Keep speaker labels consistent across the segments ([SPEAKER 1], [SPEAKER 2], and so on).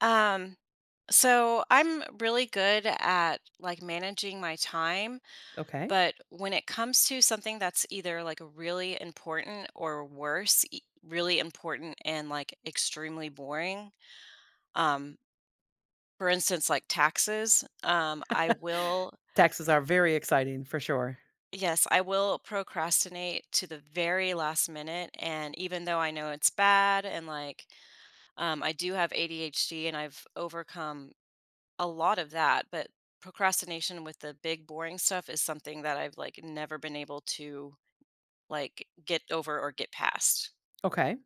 [SPEAKER 1] Um, so I'm really good at like managing my time,
[SPEAKER 2] Okay.
[SPEAKER 1] but when it comes to something that's either like really important or worse, really important and like extremely boring, um, for instance, like taxes, I will,
[SPEAKER 2] Taxes are very exciting for sure.
[SPEAKER 1] yes, I will procrastinate to the very last minute. And even though I know it's bad and like, I do have ADHD and I've overcome a lot of that, but procrastination with the big boring stuff is something that I've like never been able to like get over or get past.
[SPEAKER 2] Okay.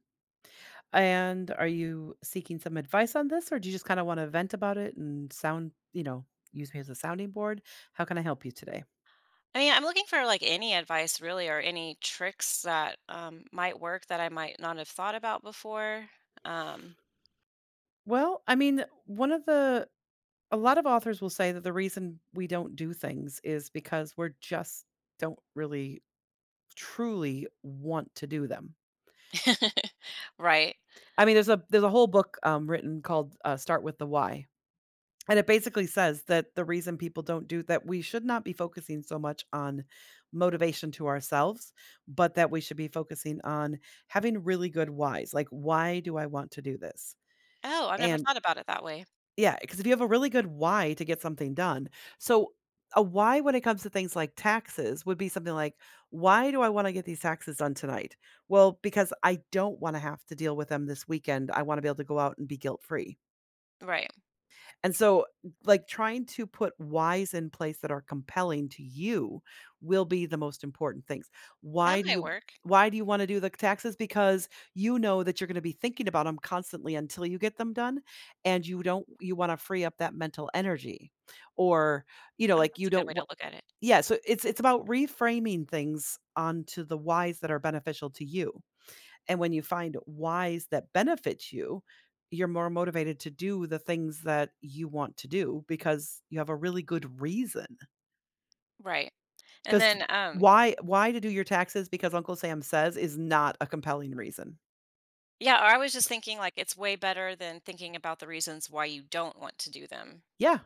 [SPEAKER 2] And are you seeking some advice on this or do you just kind of want to vent about it and sound use me as a sounding board? How can I help you today?
[SPEAKER 1] I mean, I'm looking for like any advice really or any tricks that might work that I might not have thought about before. Um,
[SPEAKER 2] Well, I mean, one of the a lot of authors will say that the reason we don't do things is because we're just don't really truly want to do them.
[SPEAKER 1] right.
[SPEAKER 2] I mean, there's a whole book written called "Start with the Why." And it basically says that the reason people don't do that we should not be focusing so much on motivation to ourselves, but that we should be focusing on having really good whys. Like, why do I want to do this?
[SPEAKER 1] Oh, I've never
[SPEAKER 2] And
[SPEAKER 1] thought about it that way.
[SPEAKER 2] yeah, because if you have a really good why to get something done. So, a why when it comes to things like taxes would be something like, why do I want to get these taxes done tonight? Well, because I don't want to have to deal with them this weekend. I want to be able to go out and be guilt free.
[SPEAKER 1] Right.
[SPEAKER 2] And so, like, trying to put whys in place that are compelling to you will be the most important things.
[SPEAKER 1] That
[SPEAKER 2] Why do
[SPEAKER 1] might
[SPEAKER 2] you
[SPEAKER 1] work.
[SPEAKER 2] why do you want to do the taxes? Because you know that you're going to be thinking about them constantly until you get them done, and you don't you want to free up that mental energy, or you know, like
[SPEAKER 1] That's
[SPEAKER 2] you
[SPEAKER 1] a good
[SPEAKER 2] don't
[SPEAKER 1] way to
[SPEAKER 2] want.
[SPEAKER 1] look at it.
[SPEAKER 2] Yeah, so it's about reframing things onto the whys that are beneficial to you. And when you find whys that benefit you, you're more motivated to do the things that you want to do because you have a really good reason.
[SPEAKER 1] Right. And
[SPEAKER 2] Because
[SPEAKER 1] then,
[SPEAKER 2] why to do your taxes because Uncle Sam says is not a compelling reason.
[SPEAKER 1] yeah, or I was just thinking like it's way better than thinking about the reasons why you don't want to do them.
[SPEAKER 2] Yeah,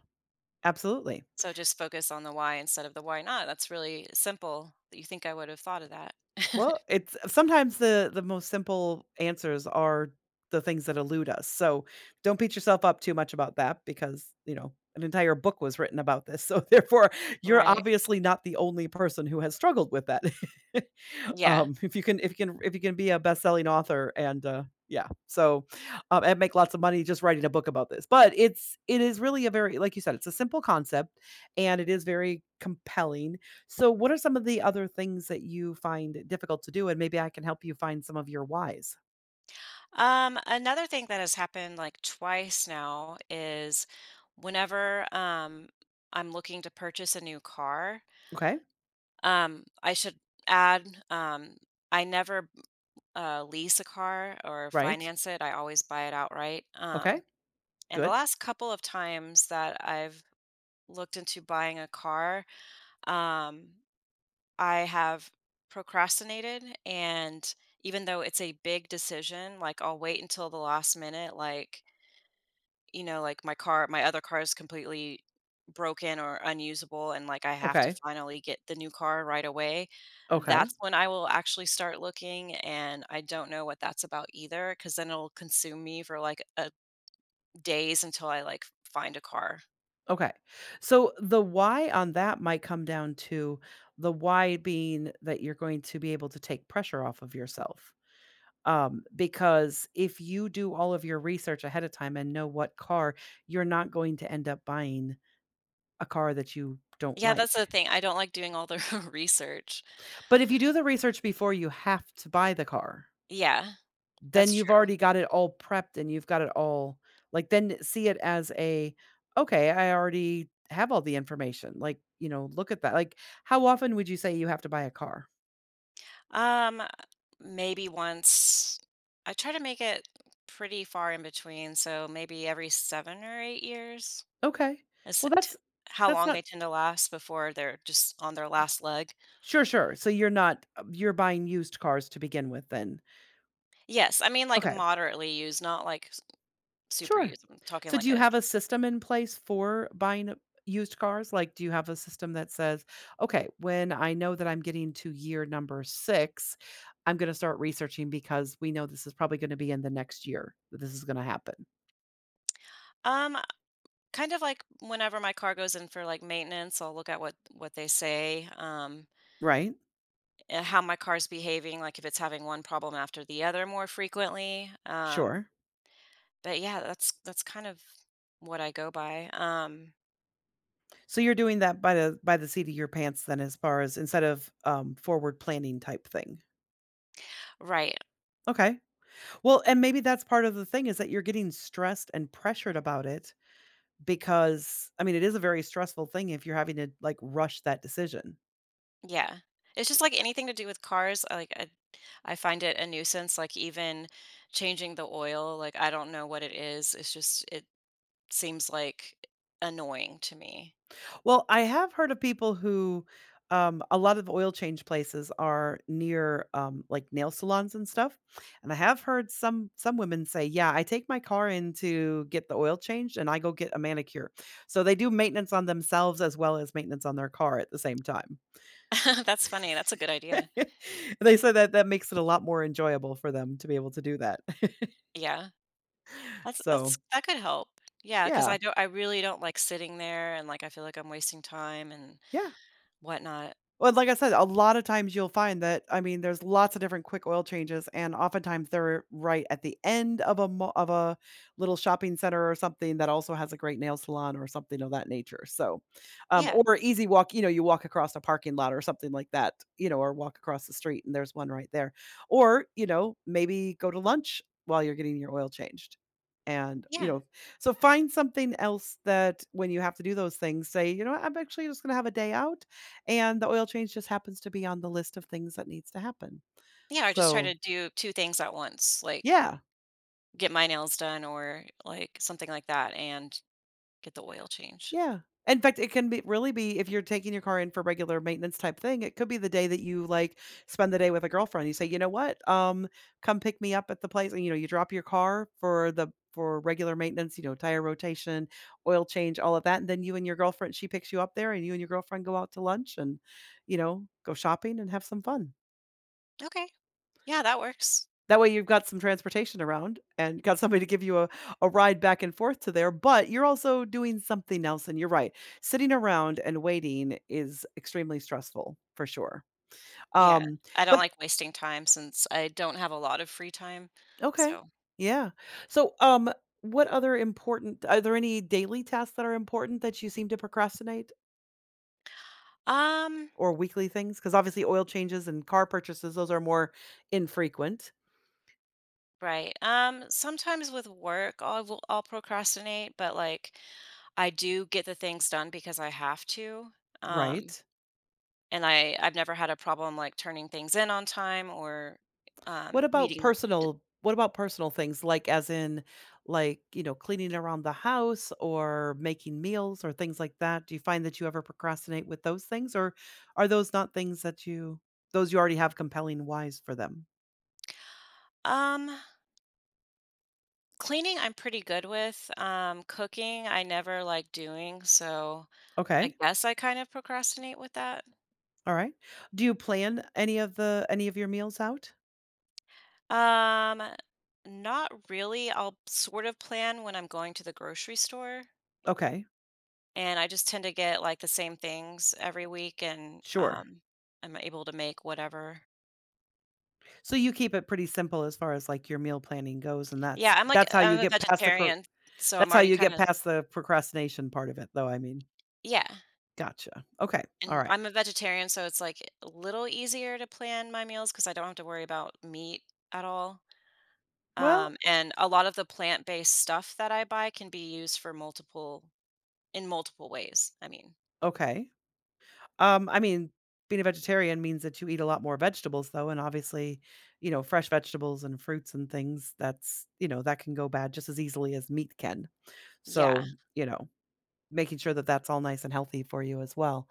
[SPEAKER 2] absolutely.
[SPEAKER 1] So just focus on the why instead of the why not. That's really simple. You think I would have thought of that.
[SPEAKER 2] Well, it's sometimes the most simple answers are the things that elude us. So don't beat yourself up too much about that because, you know, an entire book was written about this. So therefore, you're
[SPEAKER 1] Right.
[SPEAKER 2] obviously not the only person who has struggled with that.
[SPEAKER 1] Yeah.
[SPEAKER 2] If you can be a best-selling author and, yeah, so, and make lots of money just writing a book about this, but it is really a very like you said, it's a simple concept, and it is very compelling. So, what are some of the other things that you find difficult to do? And maybe I can help you find some of your whys.
[SPEAKER 1] Another thing that has happened like twice now is whenever I'm looking to purchase a new car,
[SPEAKER 2] Okay,
[SPEAKER 1] I should add I never lease a car or
[SPEAKER 2] right,
[SPEAKER 1] finance it. I always buy it outright.
[SPEAKER 2] okay,
[SPEAKER 1] And the
[SPEAKER 2] good,
[SPEAKER 1] last couple of times that I've looked into buying a car, um, I have procrastinated and even though it's a big decision, like I'll wait until the last minute, like, you know, like my car, my other car is completely broken or unusable and like I have to
[SPEAKER 2] okay,
[SPEAKER 1] finally get the new car right away.
[SPEAKER 2] okay,
[SPEAKER 1] That's when I will actually start looking and I don't know what that's about either cuz then it'll consume me for like a days until I like find a car.
[SPEAKER 2] okay. So, the why on that might come down to the why being that you're going to be able to take pressure off of yourself. Because if you do all of your research ahead of time and know what car, you're not going to end up buying a car that you don't
[SPEAKER 1] Yeah, that's
[SPEAKER 2] like.
[SPEAKER 1] the thing. I don't like doing all the research.
[SPEAKER 2] But if you do the research before you have to buy the car,
[SPEAKER 1] Yeah,
[SPEAKER 2] then
[SPEAKER 1] that's
[SPEAKER 2] you've
[SPEAKER 1] true.
[SPEAKER 2] already got it all prepped and you've got it all like then see it as a okay, I already have all the information. Like, you know, look at that. Like, how often would you say you have to buy a car?
[SPEAKER 1] Um, maybe once. I try to make it pretty far in between, so maybe every 7 or 8 years
[SPEAKER 2] Okay.
[SPEAKER 1] is
[SPEAKER 2] Well,
[SPEAKER 1] how
[SPEAKER 2] that's
[SPEAKER 1] long
[SPEAKER 2] not
[SPEAKER 1] they tend to last before they're just on their last leg.
[SPEAKER 2] sure, sure. So you're not you're buying used cars to begin with then.
[SPEAKER 1] Yes, I mean like
[SPEAKER 2] Okay.
[SPEAKER 1] moderately used, not like super
[SPEAKER 2] Sure.
[SPEAKER 1] used. I'm talking
[SPEAKER 2] So do
[SPEAKER 1] like
[SPEAKER 2] you
[SPEAKER 1] a
[SPEAKER 2] have a system in place for buying used cars? Like, do you have a system that says, okay, when I know that I'm getting to year number six, I'm going to start researching because we know this is probably going to be in the next year that this is going to happen,
[SPEAKER 1] um kind of like whenever my car goes in for like maintenance, I'll look at what they say,
[SPEAKER 2] right?
[SPEAKER 1] and how my car's behaving, like if it's having one problem after the other more frequently. Um,
[SPEAKER 2] Sure.
[SPEAKER 1] but yeah, that's kind of what I go by.
[SPEAKER 2] So you're doing that by the seat of your pants then as far as instead of forward planning type thing.
[SPEAKER 1] Right.
[SPEAKER 2] Okay. Well, and maybe that's part of the thing is that you're getting stressed and pressured about it. Because, I mean, it is a very stressful thing if you're having to, like, rush that decision.
[SPEAKER 1] Yeah. It's just like anything to do with cars, I I find it a nuisance, like even changing the oil, like I don't know what it is. It's just it seems like annoying to me.
[SPEAKER 2] Well, I have heard of people who a lot of oil change places are near like nail salons and stuff, and I have heard some women say, "Yeah, I take my car in to get the oil changed, and I go get a manicure." So they do maintenance on themselves as well as maintenance on their car at the same time.
[SPEAKER 1] That's funny. That's a good idea.
[SPEAKER 2] They said that that makes it a lot more enjoyable for them to be able to do that.
[SPEAKER 1] Yeah. That's
[SPEAKER 2] So
[SPEAKER 1] that's that could help. Yeah, because
[SPEAKER 2] yeah,
[SPEAKER 1] I really don't like sitting there and like I feel like I'm wasting time and
[SPEAKER 2] yeah.
[SPEAKER 1] whatnot.
[SPEAKER 2] Well, like I said, a lot of times you'll find that I mean, there's lots of different quick oil changes, and oftentimes they're right at the end of a mo of a little shopping center or something that also has a great nail salon or something of that nature. So,
[SPEAKER 1] Yeah.
[SPEAKER 2] or easy walk, you know, you walk across a parking lot or something like that, you know, or walk across the street and there's one right there. Or, you know, maybe go to lunch while you're getting your oil changed. And, you
[SPEAKER 1] Yeah.
[SPEAKER 2] know, so find something else that when you have to do those things, say, you know what, I'm actually just going to have a day out and the oil change just happens to be on the list of things that needs to happen.
[SPEAKER 1] Yeah. I just try
[SPEAKER 2] So,
[SPEAKER 1] to do two things at once. Like
[SPEAKER 2] yeah,
[SPEAKER 1] get my nails done or, like, something like that and get the oil change.
[SPEAKER 2] yeah. In fact, it can be really be if you're taking your car in for regular maintenance type thing, it could be the day that you like spend the day with a girlfriend. You say, you know what? Come pick me up at the place. And you know, you drop your car for the for regular maintenance, you know, tire rotation, oil change, all of that. And then you and your girlfriend, she picks you up there and you and your girlfriend go out to lunch and, you know, go shopping and have some fun.
[SPEAKER 1] Okay. Yeah, that works.
[SPEAKER 2] That way you've got some transportation around and got somebody to give you a ride back and forth to there, but you're also doing something else. And you're right. Sitting around and waiting is extremely stressful for sure.
[SPEAKER 1] Yeah.
[SPEAKER 2] Um,
[SPEAKER 1] I don't
[SPEAKER 2] but
[SPEAKER 1] like wasting time since I don't have a lot of free time,
[SPEAKER 2] okay.
[SPEAKER 1] so
[SPEAKER 2] Yeah. So what other important are there any daily tasks that are important that you seem to procrastinate
[SPEAKER 1] um,
[SPEAKER 2] or weekly things? Because obviously oil changes and car purchases, those are more infrequent,
[SPEAKER 1] right. Sometimes with work, I'll procrastinate, but, like, I do get the things done because I have to, um,
[SPEAKER 2] right?
[SPEAKER 1] and I've never had a problem, like, turning things in on time or, meeting
[SPEAKER 2] What about personal things, like, as in, like, you know, cleaning around the house or making meals or things like that? Do you find that you ever procrastinate with those things, or are those not things that you those you already have compelling whys for them?
[SPEAKER 1] um, cleaning, I'm pretty good with. Cooking, I never like doing, so I
[SPEAKER 2] Okay,
[SPEAKER 1] guess I kind of procrastinate with that.
[SPEAKER 2] alright. Do you plan any of the any of your meals out?
[SPEAKER 1] Um, not really. I'll sort of plan when I'm going to the grocery store,
[SPEAKER 2] Okay,
[SPEAKER 1] and I just tend to get like the same things every week, and
[SPEAKER 2] sure.
[SPEAKER 1] I'm able to make whatever.
[SPEAKER 2] So you keep it pretty simple as far as, like, your meal planning goes, and
[SPEAKER 1] Yeah, I'm like
[SPEAKER 2] that's how you
[SPEAKER 1] I'm a
[SPEAKER 2] get past the cro
[SPEAKER 1] vegetarian, so
[SPEAKER 2] that's
[SPEAKER 1] I'm
[SPEAKER 2] how
[SPEAKER 1] already
[SPEAKER 2] you
[SPEAKER 1] kind
[SPEAKER 2] get
[SPEAKER 1] of
[SPEAKER 2] past the procrastination part of it, though, I mean.
[SPEAKER 1] yeah.
[SPEAKER 2] Gotcha. Okay,
[SPEAKER 1] And
[SPEAKER 2] alright.
[SPEAKER 1] I'm a vegetarian, so it's like a little easier to plan my meals because I don't have to worry about meat at all.
[SPEAKER 2] Well,
[SPEAKER 1] And a lot of the plant-based stuff that I buy can be used for multiple in multiple ways, I mean.
[SPEAKER 2] okay. I mean, being a vegetarian means that you eat a lot more vegetables though, and obviously, you know, fresh vegetables and fruits and things that's, you know, that can go bad just as easily as meat can.
[SPEAKER 1] Yeah.
[SPEAKER 2] So, you know, making sure that that's all nice and healthy for you as well.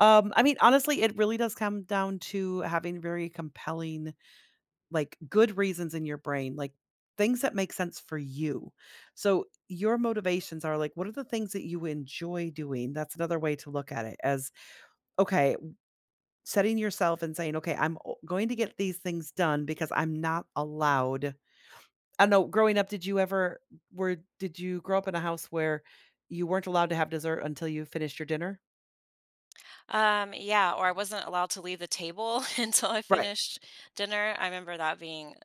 [SPEAKER 2] I mean, honestly, it really does come down to having very compelling, like good reasons in your brain, like things that make sense for you. So, your motivations are like, what are the things that you enjoy doing? That's another way to look at it as okay, setting yourself and saying, "Okay, I'm o going to get these things done because I'm not allowed." I don't know, growing up, did you ever were did you grow up in a house where you weren't allowed to have dessert until you finished your dinner?
[SPEAKER 1] Yeah, or I wasn't allowed to leave the table until I
[SPEAKER 2] Right.
[SPEAKER 1] finished dinner. I remember that being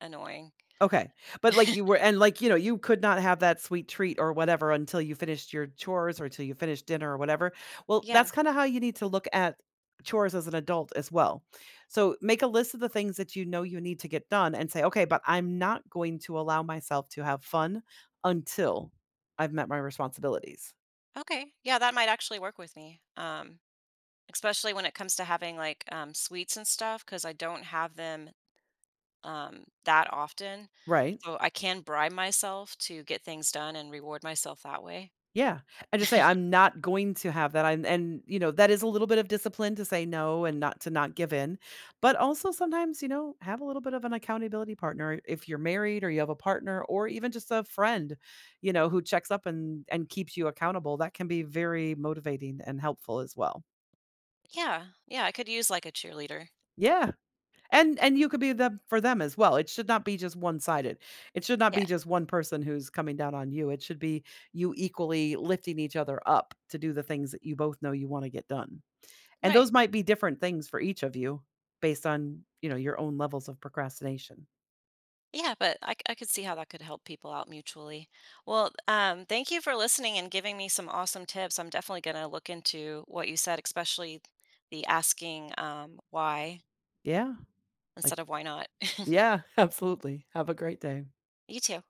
[SPEAKER 1] annoying.
[SPEAKER 2] Okay. But, like, you were and, like, you know, you could not have that sweet treat or whatever until you finished your chores or until you finished dinner or whatever. Well,
[SPEAKER 1] Yeah.
[SPEAKER 2] that's kinda how you need to look at chores as an adult as well. So, make a list of the things that you know you need to get done and say, "Okay, but I'm not going to allow myself to have fun until I've met my responsibilities."
[SPEAKER 1] Okay. Yeah, that might actually work with me. Especially when it comes to having, like, sweets and stuff, because I don't have them, that often.
[SPEAKER 2] Right?
[SPEAKER 1] So I can bribe myself to get things done and reward myself that way.
[SPEAKER 2] Yeah, I just say, "I'm not going to have that," I'm and, you know, that is a little bit of discipline to say no and not give in, but also sometimes, you know, have a little bit of an accountability partner if you're married or you have a partner or even just a friend, you know, who checks up and keeps you accountable, that can be very motivating and helpful as well.
[SPEAKER 1] Yeah, yeah, I could use like a cheerleader.
[SPEAKER 2] Yeah. And you could be them for them as well. It should not be just one-sided. It should not
[SPEAKER 1] Yeah,
[SPEAKER 2] be just one person who's coming down on you. It should be you equally lifting each other up to do the things that you both know you wanna get done. And
[SPEAKER 1] right.
[SPEAKER 2] those might be different things for each of you based on, you know, your own levels of procrastination.
[SPEAKER 1] Yeah, but I could see how that could help people out mutually. Well, thank you for listening and giving me some awesome tips. I'm definitely going to look into what you said, especially the asking why,
[SPEAKER 2] Yeah, like
[SPEAKER 1] instead of why not?
[SPEAKER 2] yeah, absolutely. Have a great day.
[SPEAKER 1] You too.